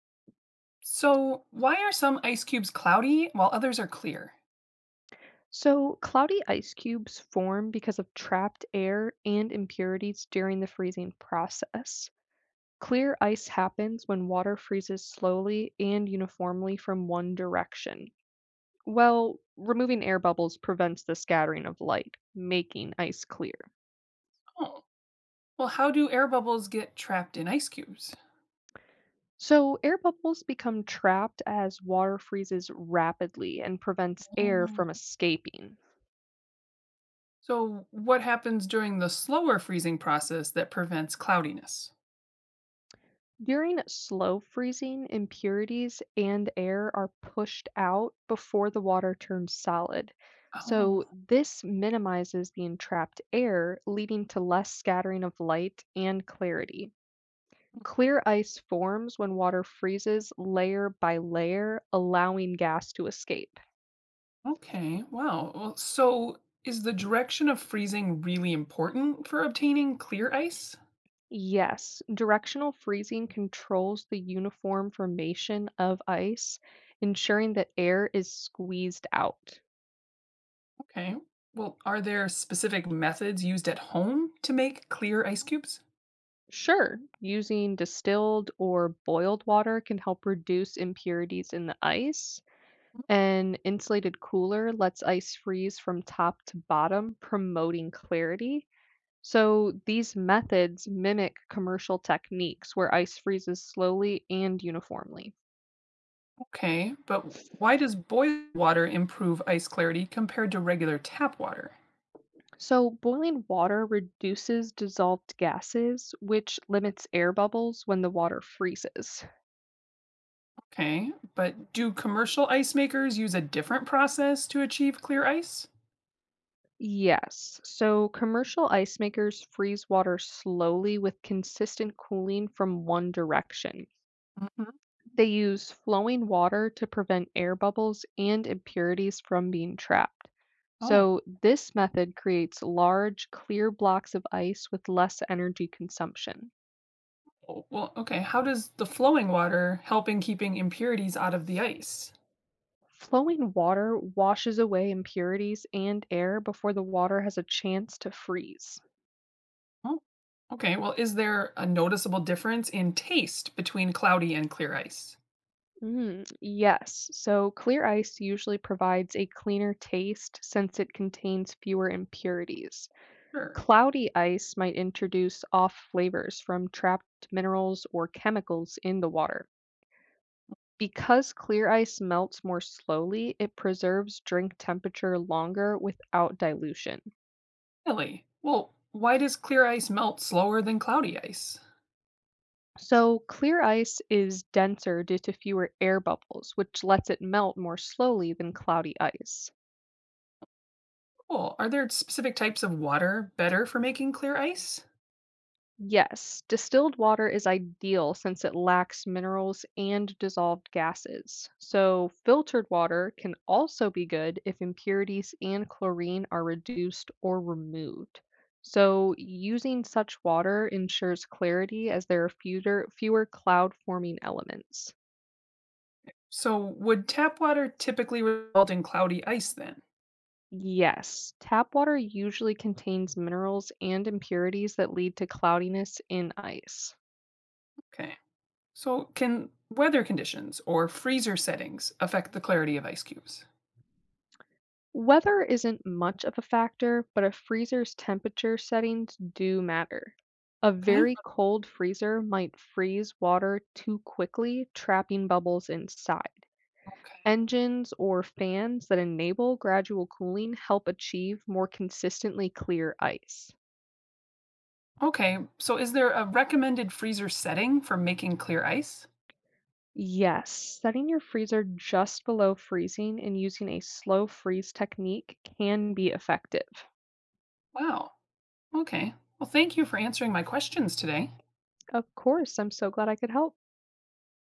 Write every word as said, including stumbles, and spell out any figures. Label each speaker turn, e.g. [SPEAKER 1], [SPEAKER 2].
[SPEAKER 1] So, why are some ice cubes cloudy while others are clear?
[SPEAKER 2] So, cloudy ice cubes form because of trapped air and impurities during the freezing process. Clear ice happens when water freezes slowly and uniformly from one direction. Well, removing air bubbles prevents the scattering of light, making ice clear.
[SPEAKER 1] Oh, well, how do air bubbles get trapped in ice cubes?
[SPEAKER 2] So, air bubbles become trapped as water freezes rapidly and prevents air
[SPEAKER 1] Mm.
[SPEAKER 2] from escaping.
[SPEAKER 1] So, what happens during the slower freezing process that prevents cloudiness?
[SPEAKER 2] During slow freezing, impurities and air are pushed out before the water turns solid. So,
[SPEAKER 1] Oh,
[SPEAKER 2] this minimizes the entrapped air, leading to less scattering of light and clarity. Clear ice forms when water freezes layer by layer, allowing gas to escape.
[SPEAKER 1] okay. Wow. Well, so is the direction of freezing really important for obtaining clear ice?
[SPEAKER 2] Yes, directional freezing controls the uniform formation of ice, ensuring that air is squeezed out.
[SPEAKER 1] Okay. Well, are there specific methods used at home to make clear ice cubes?
[SPEAKER 2] Sure, using distilled or boiled water can help reduce impurities in the ice. An insulated cooler lets ice freeze from top to bottom, promoting clarity. So these methods mimic commercial techniques where ice freezes slowly and uniformly.
[SPEAKER 1] Okay, but why does boiled water improve ice clarity compared to regular tap water?
[SPEAKER 2] So boiling water reduces dissolved gases, which limits air bubbles when the water freezes.
[SPEAKER 1] Okay, but do commercial ice makers use a different process to achieve clear ice?
[SPEAKER 2] Yes. So commercial ice makers freeze water slowly with consistent cooling from one direction.
[SPEAKER 1] Hmm.
[SPEAKER 2] They use flowing water to prevent air bubbles and impurities from being trapped.
[SPEAKER 1] Oh,
[SPEAKER 2] So, this method creates large, clear blocks of ice with less energy consumption.
[SPEAKER 1] o- well, okay. How does the flowing water help in keeping impurities out of the ice?
[SPEAKER 2] Flowing water washes away impurities and air before the water has a chance to freeze.
[SPEAKER 1] Oh, okay. Well, is there a noticeable difference in taste between cloudy and clear ice?
[SPEAKER 2] Mm, yes. So clear ice usually provides a cleaner taste since it contains fewer impurities.
[SPEAKER 1] Sure.
[SPEAKER 2] Cloudy ice might introduce off flavors from trapped minerals or chemicals in the water. Because clear ice melts more slowly, it preserves drink temperature longer without dilution.
[SPEAKER 1] Really? Well, why does clear ice melt slower than cloudy ice?
[SPEAKER 2] So, clear ice is denser due to fewer air bubbles, which lets it melt more slowly than cloudy ice.
[SPEAKER 1] Cool. Are there specific types of water better for making clear ice?
[SPEAKER 2] Yes, distilled water is ideal since it lacks minerals and dissolved gases. So, filtered water can also be good if impurities and chlorine are reduced or removed. So, using such water ensures clarity as there are fewer, fewer cloud forming elements.
[SPEAKER 1] So, would tap water typically result in cloudy ice then?
[SPEAKER 2] Yes, tap water usually contains minerals and impurities that lead to cloudiness in ice.
[SPEAKER 1] Okay. So, can weather conditions or freezer settings affect the clarity of ice cubes?
[SPEAKER 2] Weather isn't much of a factor, but a freezer's temperature settings do matter. A
[SPEAKER 1] Okay.
[SPEAKER 2] very cold freezer might freeze water too quickly, trapping bubbles inside.
[SPEAKER 1] Okay.
[SPEAKER 2] Engines or fans that enable gradual cooling help achieve more consistently clear ice.
[SPEAKER 1] Okay. So, is there a recommended freezer setting for making clear ice?
[SPEAKER 2] Yes, setting your freezer just below freezing and using a slow freeze technique can be effective.
[SPEAKER 1] Wow. Okay. Well, thank you for answering my questions today.
[SPEAKER 2] Of course, I'm so glad I could help.